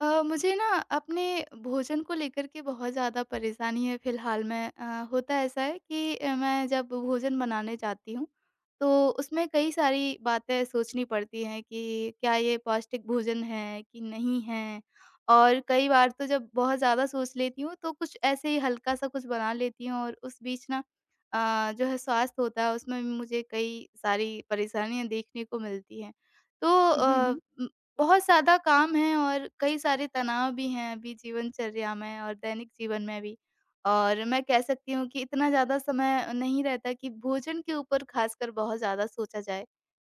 मुझे ना अपने भोजन को लेकर के बहुत ज़्यादा परेशानी है फ़िलहाल में होता ऐसा है कि मैं जब भोजन बनाने जाती हूँ, तो उसमें कई सारी बातें सोचनी पड़ती हैं कि क्या ये पौष्टिक भोजन है कि नहीं है? और कई बार तो जब बहुत ज़्यादा सोच लेती हूँ, तो कुछ ऐसे ही हल्का-सा कुछ बना लेती हूँ और उस बीच ना जो है स्वास्थ्य होता है उसमें भी मुझे कई सारी परेशानियाँ देखने को मिलती हैं। तो हुँ, हुँ। बहुत ज़्यादा काम है और कई सारे तनाव भी हैं अभी जीवनचर्या में और दैनिक जीवन में भी। और मैं कह सकती हूँ कि इतना ज़्यादा समय नहीं रहता कि भोजन के ऊपर खासकर बहुत ज़्यादा सोचा जाए।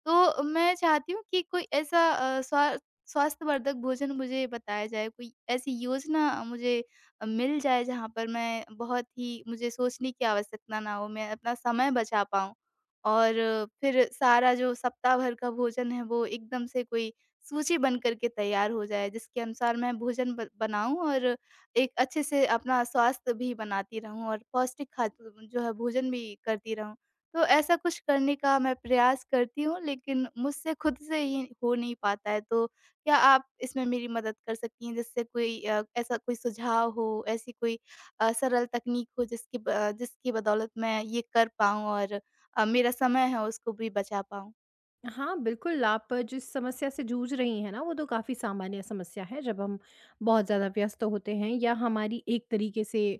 तो मैं चाहती हूँ कि कोई ऐसा स्वास्थ्यवर्धक भोजन मुझे बताया जाए, कोई ऐसी योजना मुझे मिल जाए जहाँ पर मैं बहुत ही मुझे सोचने की आवश्यकता ना हो, मैं अपना समय बचा पाऊँ। और फिर सारा जो सप्ताह भर का भोजन है वो एकदम से कोई सूची बन कर के तैयार हो जाए जिसके अनुसार मैं भोजन ब बनाऊँ और एक अच्छे से अपना स्वास्थ्य भी बनाती रहूँ और पौष्टिक खाद्य जो है भोजन भी करती रहूँ। तो ऐसा कुछ करने का मैं प्रयास करती हूँ लेकिन मुझसे खुद से ही हो नहीं पाता है। तो क्या आप इसमें मेरी मदद कर सकती हैं जिससे कोई ऐसा कोई सुझाव हो, ऐसी कोई सरल तकनीक हो जिसकी बदौलत मैं ये कर पाऊँ और मेरा समय है उसको भी बचा पाऊँ? हाँ, बिल्कुल आप जिस समस्या से जूझ रही हैं ना, वो तो काफ़ी सामान्य समस्या है जब हम बहुत ज़्यादा व्यस्त होते हैं या हमारी एक तरीके से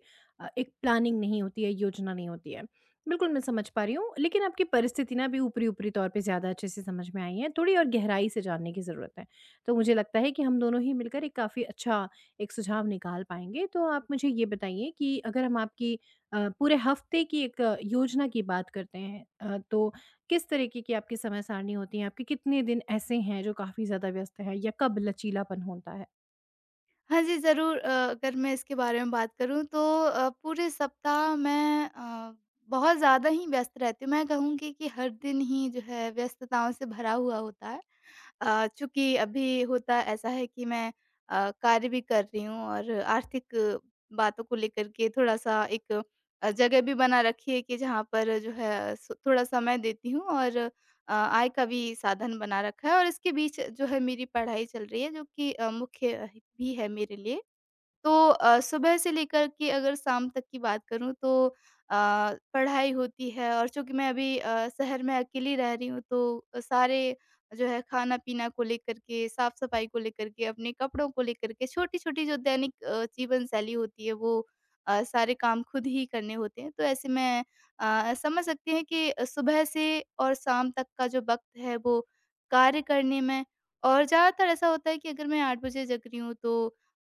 एक प्लानिंग नहीं होती है, योजना नहीं होती है। बिल्कुल मैं समझ पा रही हूँ, लेकिन आपकी परिस्थिति ना अभी ऊपरी-ऊपरी तौर पे ज़्यादा अच्छे से समझ में आई है, थोड़ी और गहराई से जानने की ज़रूरत है। तो मुझे लगता है कि हम दोनों ही मिलकर एक काफ़ी अच्छा एक सुझाव निकाल पाएँगे। तो आप मुझे ये बताइए कि अगर हम आपकी पूरे हफ़्ते की एक योजना की बात करते हैं तो किस तरीके की आपकी समय सारणी होती है? आपके कितने दिन ऐसे हैं जो काफ़ी ज़्यादा व्यस्त है या कब लचीलापन होता है? हाँ जी, ज़रूर, अगर मैं इसके बारे में बात करूँ तो पूरे सप्ताह मैं बहुत ज़्यादा ही व्यस्त रहती हूँ। मैं कहूँगी कि हर दिन ही जो है व्यस्तताओं से भरा हुआ होता है। चूँकि अभी होता ऐसा है कि मैं कार्य भी कर रही हूँ और आर्थिक बातों को लेकर के थोड़ा-सा एक जगह भी बना रखी है कि जहाँ पर जो है स थोड़ा समय देती हूँ और आय का भी साधन बना रखा है और इसके बीच जो है मेरी पढ़ाई चल रही है जो कि मुख्य भी है मेरे लिए। तो सुबह से लेकर के अगर शाम तक की बात करूँ तो पढ़ाई होती है और चूँकि मैं अभी शहर में अकेली रह रही हूँ तो सारे जो है खाना-पीना को लेकर के, साफ-सफाई को लेकर के, अपने कपड़ों को लेकर के, छोटी-छोटी जो दैनिक जीवन शैली होती है वो सारे काम खुद ही करने होते हैं। तो ऐसे में समझ सकते हैं कि सुबह से और शाम तक का जो वक़्त है वो कार्य करने में और ज़्यादातर ऐसा होता है कि अगर मैं 8 बजे जग रही हूँ तो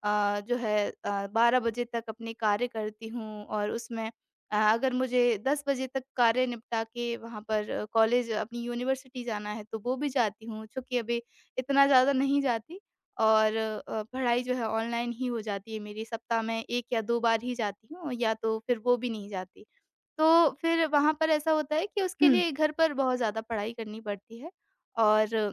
जो है 12 बजे तक अपने कार्य करती हूँ और उसमें अगर मुझे 10 बजे तक कार्य निपटा के वहाँ पर कॉलेज अपनी यूनिवर्सिटी जाना है तो वो भी जाती हूँ, चूँकि अभी इतना ज़्यादा नहीं जाती और पढ़ाई जो है ऑनलाइन ही हो जाती है मेरी, सप्ताह में 1 या 2 बार ही जाती हूँ या तो फिर वो भी नहीं जाती। तो फिर वहाँ पर ऐसा होता है कि उसके लिए घर पर बहुत ज़्यादा पढ़ाई करनी पड़ती है और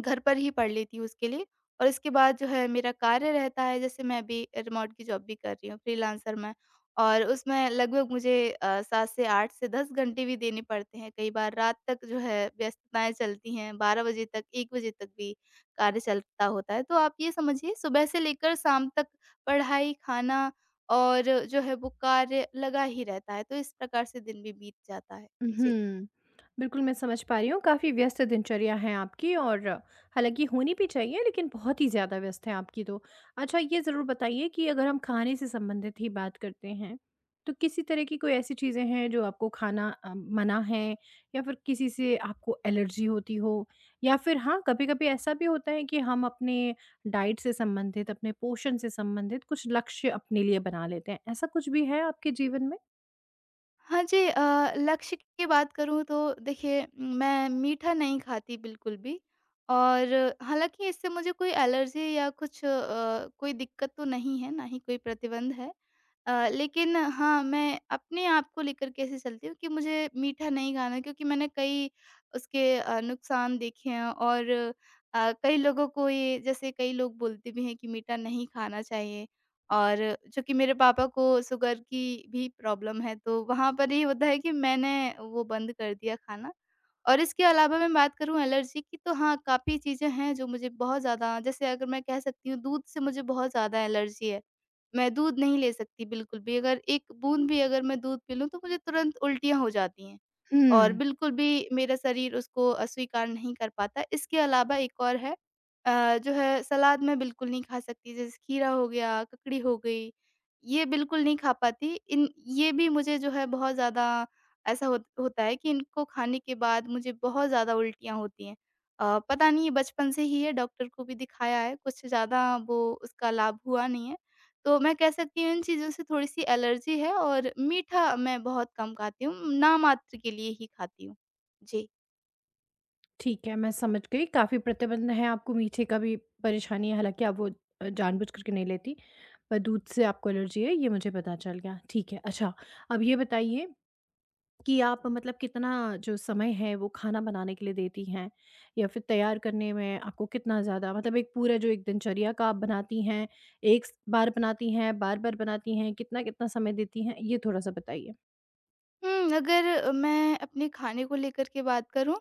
घर पर ही पढ़ लेती हूँ उसके लिए और इसके बाद जो है मेरा कार्य रहता है जैसे मैं अभी रिमोट की जॉब भी कर रही हूँ फ्रीलांसर मैं और उसमें लगभग मुझे 7 से 8 से 10 घंटे भी देने पड़ते हैं, कई बार रात तक जो है व्यस्तताएं चलती हैं, 12 बजे तक 1 बजे तक भी कार्य चलता होता है। तो आप ये समझिए सुबह से लेकर शाम तक पढ़ाई खाना और जो है वो कार्य लगा ही रहता है, तो इस प्रकार से दिन भी बीत जाता है जी। हुँ। बिल्कुल, मैं समझ पा रही हूँ काफ़ी व्यस्त दिनचर्या है आपकी और हालाँकि होनी भी चाहिए लेकिन बहुत ही ज़्यादा व्यस्त है आपकी तो। अच्छा ये ज़रूर बताइए कि अगर हम खाने से संबंधित ही बात करते हैं, तो किसी तरह की कोई ऐसी चीज़ें हैं जो आपको खाना मना है या फिर किसी से आपको एलर्जी होती हो? या फिर हाँ, कभी-कभी ऐसा भी होता है कि हम अपने डाइट से संबंधित, अपने पोषण से संबंधित कुछ लक्ष्य अपने लिए बना लेते हैं। ऐसा कुछ भी है आपके जीवन में? हाँ जी, लक्ष्य की बात करूँ तो देखिए मैं मीठा नहीं खाती बिल्कुल भी और हालाँकि इससे मुझे कोई एलर्जी या कुछ कोई दिक्कत तो नहीं है, ना ही कोई प्रतिबंध है। लेकिन हाँ, मैं अपने आप को लेकर के ऐसे चलती हूँ कि मुझे मीठा नहीं खाना, क्योंकि मैंने कई उसके नुकसान देखे हैं और कई लोगों को ये, जैसे कई लोग बोलते भी हैं कि मीठा नहीं खाना चाहिए और चूँकि मेरे पापा को शुगर की भी प्रॉब्लम है, तो वहाँ पर ये होता है कि मैंने वो बंद कर दिया खाना। और इसके अलावा मैं बात करूँ एलर्जी की, तो हाँ, काफ़ी चीज़ें हैं जो मुझे बहुत ज़्यादा, जैसे अगर मैं कह सकती हूँ दूध से मुझे बहुत ज़्यादा एलर्जी है। मैं दूध नहीं ले सकती बिल्कुल भी, अगर 1 बूँद भी अगर मैं दूध पी लूँ तो मुझे तुरंत उल्टियाँ हो जाती हैं और हुँ। बिल्कुल भी मेरा शरीर उसको अस्वीकार नहीं कर पाता। इसके अलावा एक और है, जो है सलाद मैं बिल्कुल नहीं खा सकती, जैसे खीरा हो गया, ककड़ी हो गई, ये बिल्कुल नहीं खा पाती। इन ये भी मुझे जो है बहुत ज़्यादा, ऐसा होता है कि इनको खाने के बाद मुझे बहुत ज़्यादा उल्टियाँ होती हैं। पता नहीं ये बचपन से ही है, डॉक्टर को भी दिखाया है, कुछ ज़्यादा वो उसका लाभ हुआ नहीं है। तो मैं कह सकती हूँ इन चीज़ों से थोड़ी-सी एलर्जी है और मीठा मैं बहुत कम खाती हूँ, नाम मात्र के लिए ही खाती हूँ। जी। ठीक है, मैं समझ गई। काफ़ी प्रतिबंध हैं, आपको मीठे का भी परेशानी है, हालाँकि आप वो जानबूझ कर के नहीं लेती, पर दूध से आपको एलर्जी है, ये मुझे पता चल गया। ठीक है, अच्छा अब ये बताइए कि आप मतलब कितना जो समय है, वो खाना बनाने के लिए देती हैं? या फिर तैयार करने में आपको कितना ज़्यादा मतलब एक पूरा जो एक दिनचर्या का आप बनाती हैं, एक स बार बनाती हैं, बार-बार बनाती हैं, कितना-कितना समय देती हैं? ये थोड़ा-सा बताइए। हुँ, अगर मैं अपने खाने को लेकर के बात करूँ,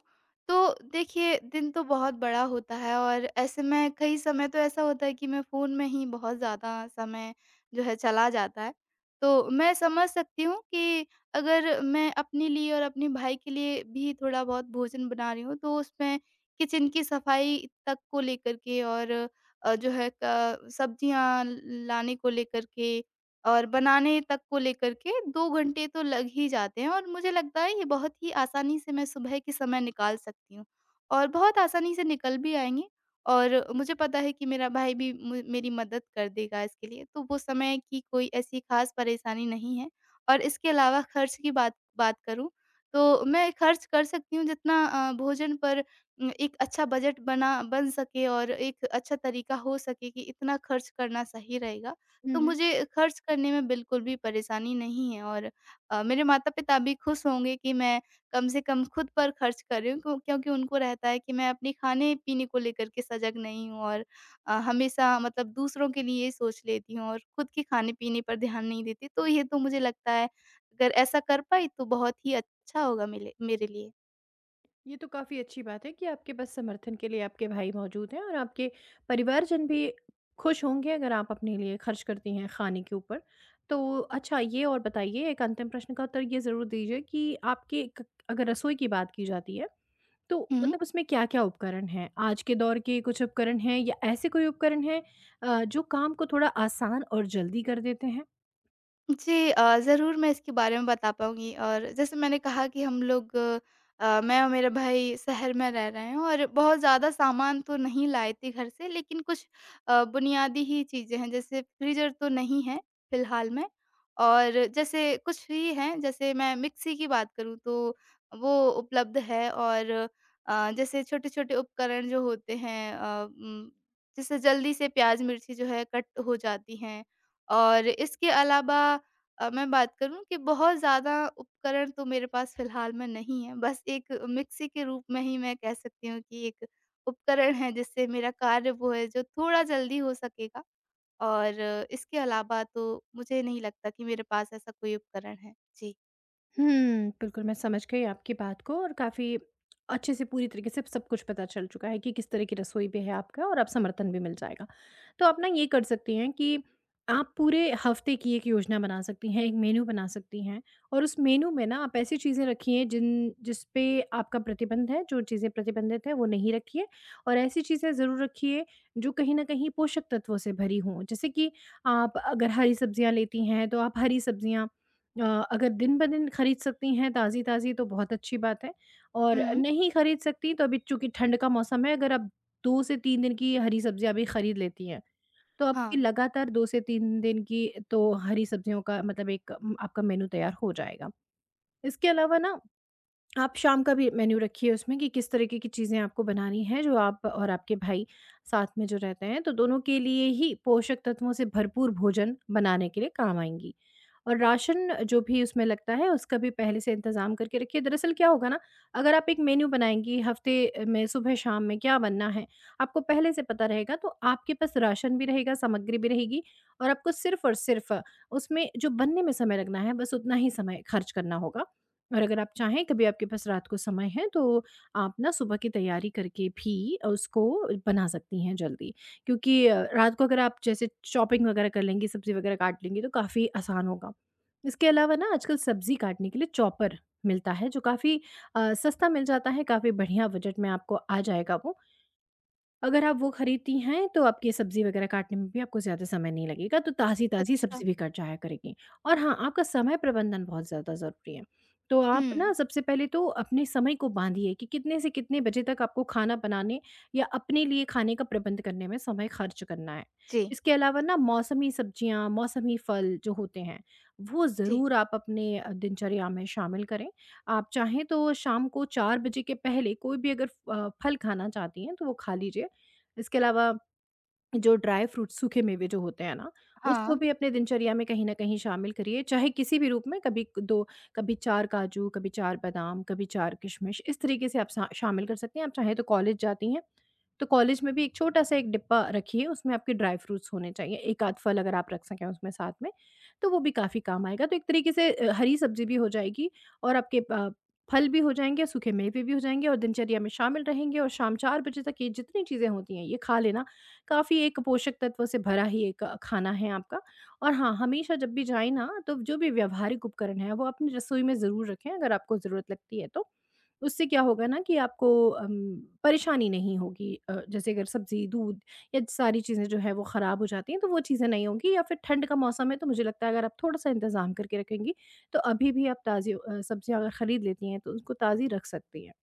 तो देखिए दिन तो बहुत बड़ा होता है और ऐसे में कई समय तो ऐसा होता है कि मैं फ़ोन में ही बहुत ज़्यादा समय जो है चला जाता है। तो मैं समझ सकती हूँ कि अगर मैं अपने लिए और अपने भाई के लिए भी थोड़ा-बहुत भोजन बना रही हूँ, तो उसमें किचन की सफाई तक को लेकर के और जो है क सब्जियाँ लाने को लेकर के और बनाने तक को लेकर के 2 घंटे तो लग ही जाते हैं और मुझे लगता है ये बहुत ही आसानी से मैं सुबह के समय निकाल सकती हूँ और बहुत आसानी से निकल भी आएँगे और मुझे पता है कि मेरा भाई भी मु मेरी मदद कर देगा इसके लिए, तो वो समय की कोई ऐसी ख़ास परेशानी नहीं है। और इसके अलावा खर्च की बात बात करूँ, तो मैं खर्च कर सकती हूँ जितना भोजन पर, एक अच्छा बजट बना बन सके और एक अच्छा तरीका हो सके कि इतना खर्च करना सही रहेगा। तो मुझे खर्च करने में बिल्कुल भी परेशानी नहीं है और मेरे माता-पिता भी खुश होंगे कि मैं कम से कम खुद पर खर्च कर रही हूँ, क्योंकि उनको रहता है कि मैं अपने खाने-पीने को लेकर के सजग नहीं हूँ और हमेशा मतलब दूसरों के लिए सोच लेती हूँ और खुद के खाने-पीने पर ध्यान नहीं देती। तो ये तो मुझे लगता है अगर ऐसा कर पाई तो बहुत ही अच्छा होगा मेले मेरे लिए। ये तो काफ़ी अच्छी बात है कि आपके पास समर्थन के लिए आपके भाई मौजूद हैं और आपके परिवारजन भी खुश होंगे अगर आप अपने लिए खर्च करती हैं खाने के ऊपर। तो अच्छा ये और बताइए एक अंतिम प्रश्न का उत्तर ये ज़रूर दीजिए कि आपके क अगर रसोई की बात की जाती है तो हुँ। मतलब उसमें क्या-क्या उपकरण हैं? आज के दौर के कुछ उपकरण हैं या ऐसे कोई उपकरण हैं जो काम को थोड़ा आसान और जल्दी कर देते हैं? जी, ज़रूर मैं इसके बारे में बता पाऊँगी और जैसे मैंने कहा कि हम लोग, मैं और मेरा भाई शहर में रह रहे हैं और बहुत ज़्यादा सामान तो नहीं लाए थे घर से, लेकिन कुछ बुनियादी ही चीज़ें हैं, जैसे फ्रीज़र तो नहीं है फ़िलहाल में और जैसे कुछ ही हैं, जैसे मैं मिक्सी की बात करूँ तो वो उपलब्ध है और जैसे छोटे-छोटे उपकरण जो होते हैं, जिससे जल्दी से प्याज़ मिर्ची जो है कट हो जाती हैं और इसके अलावा मैं बात करूँ कि बहुत ज़्यादा उपकरण तो मेरे पास फ़िलहाल में नहीं है, बस एक मिक्सी के रूप में ही मैं कह सकती हूँ कि एक उपकरण है जिससे मेरा कार्य वो है जो थोड़ा जल्दी हो सकेगा और इसके अलावा तो मुझे नहीं लगता कि मेरे पास ऐसा कोई उपकरण है। जी। हुँ, बिल्कुल मैं समझ गई आपकी बात को और काफ़ी अच्छे से पूरी तरीके से सब कुछ पता चल चुका है कि किस तरह की रसोई भी है आपका और अब समर्थन भी मिल जाएगा। तो आप ना ये कर सकती हैं कि आप पूरे हफ़्ते की एक योजना बना सकती हैं, एक मेनू बना सकती हैं और उस मेनू में ना आप ऐसी चीज़ें रखिए जिन जिस पे आपका प्रतिबंध है, जो चीज़ें प्रतिबंधित हैं वो नहीं रखिए और ऐसी चीज़ें ज़रूर रखिए जो कहीं न कहीं पोषक तत्वों से भरी हों। जैसे कि आप अगर हरी सब्जियाँ लेती हैं, तो आप हरी सब्जियाँ अ, अगर दिन-ब-दिन खरीद सकती हैं ताज़ी-ताज़ी तो बहुत अच्छी बात है और हुँ। नहीं खरीद सकती तो अभी चूँकि ठंड का मौसम है अगर आप 2 से 3 दिन की हरी सब्जियाँ भी खरीद लेती हैं, तो आपकी हाँ। लगातार 2 से 3 दिन की तो हरी सब्जियों का मतलब एक आपका मेनू तैयार हो जाएगा। इसके अलावा ना आप शाम का भी मेन्यू रखिए उसमें कि किस तरीके की चीज़ें आपको बनानी है जो आप और आपके भाई साथ में जो रहते हैं तो दोनों के लिए ही पोषक तत्वों से भरपूर भोजन बनाने के लिए काम आएंगी। और राशन जो भी उसमें लगता है उसका भी पहले से इंतज़ाम करके रखिए। दरअसल क्या होगा ना अगर आप एक मेन्यू बनाएँगी हफ़्ते में सुबह शाम में क्या बनना है, आपको पहले से पता रहेगा तो आपके पास राशन भी रहेगा, सामग्री भी रहेगी और आपको सिर्फ़ और सिर्फ़ उसमें जो बनने में समय लगना है बस उतना ही समय खर्च करना होगा। और अगर आप चाहें कभी आपके पास रात को समय है तो आप ना सुबह की तैयारी करके भी उसको बना सकती हैं जल्दी क्योंकि रात को अगर आप जैसे चॉपिंग वगैरह कर लेंगी सब्जी वगैरह काट लेंगी तो काफ़ी आसान होगा। इसके अलावा ना आजकल सब्जी काटने के लिए चॉपर मिलता है जो काफ़ी सस्ता मिल जाता है, काफ़ी बढ़िया बजट में आपको आ जाएगा वो। अगर आप वो खरीदती हैं, तो आपकी सब्ज़ी वग़ैरह काटने में भी आपको ज़्यादा समय नहीं लगेगा, तो ताज़ी-ताज़ी अच्छा। सब्ज़ी भी कट जाया करेगी। और हाँ, आपका समय प्रबंधन बहुत ज़्यादा ज़रूरी है। तो हुँ। आप ना सबसे पहले तो अपने समय को बाँधिए कि कितने से कितने बजे तक आपको खाना बनाने या अपने लिए खाने का प्रबंध करने में समय खर्च करना है। जी, इसके अलावा ना मौसमी सब्ज़ियाँ, मौसमी फल जो होते हैं, वो जी। ज़रूर आप अपने दिनचर्या में शामिल करें। आप चाहें तो शाम को 4 बजे के पहले कोई भी अगर फल खाना चाहती हैं, तो वो खा लीजिए। इसके अलावा जो ड्राई फ्रूट्स सूखे मेवे जो होते हैं ना, उसको हाँ। भी अपने दिनचर्या में कहीं न कहीं शामिल करिए, चाहे किसी भी रूप में कभी 2, कभी 4 काजू, कभी 4 बादाम, कभी 4 किशमिश, इस तरीके से आप शा शामिल कर सकती हैं। आप चाहें तो कॉलेज जाती हैं, तो कॉलेज में भी एक छोटा-सा एक डिब्बा रखिए, उसमें आपके ड्राई फ्रूट्स होने चाहिए, 1 आध फल अगर आप रख सकें उसमें साथ में, तो वो भी काफ़ी काम आएगा। तो एक तरीके से हरी सब्ज़ी भी हो जाएगी और आपके प फल भी हो जाएँगे, सूखे मेवे भी हो जाएँगे और दिनचर्या में शामिल रहेंगे और शाम 4 बजे तक ये जितनी चीज़ें होती हैं, ये खा लेना काफ़ी एक पोषक तत्व से भरा ही एक खाना है आपका। और हाँ, हमेशा जब भी जाएँ ना, तो जो भी व्यावहारिक उपकरण है, वो अपनी रसोई में ज़रूर रखें अगर आपको ज़रूरत लगती है तो। उससे क्या होगा ना कि आपको परेशानी नहीं होगी, जैसे अगर सब्ज़ी, दूध या सारी चीज़ें जो है वो ख़राब हो जाती हैं, तो वो चीज़ें नहीं होंगी या फिर ठंड का मौसम है, तो मुझे लगता है अगर आप थोड़ा-सा इंतज़ाम करके रखेंगी, तो अभी भी आप ताज़ी सब्ज़ियाँ अगर खरीद लेती हैं, तो उसको ताज़ी रख सकती हैं।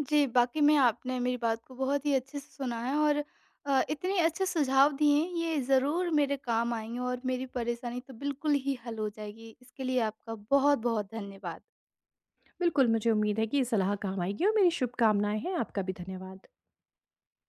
जी, वाक़ई में आपने मेरी बात को बहुत ही अच्छे से सुना है और इतने अच्छे सुझाव दिए हैं, ये ज़रूर मेरे काम आएँगे और मेरी परेशानी तो बिल्कुल ही हल हो जाएगी। इसके लिए आपका बहुत-बहुत धन्यवाद। बिल्कुल, मुझे उम्मीद है कि ये सलाह काम आएगी और मेरी शुभकामनाएँ हैं। आपका भी धन्यवाद।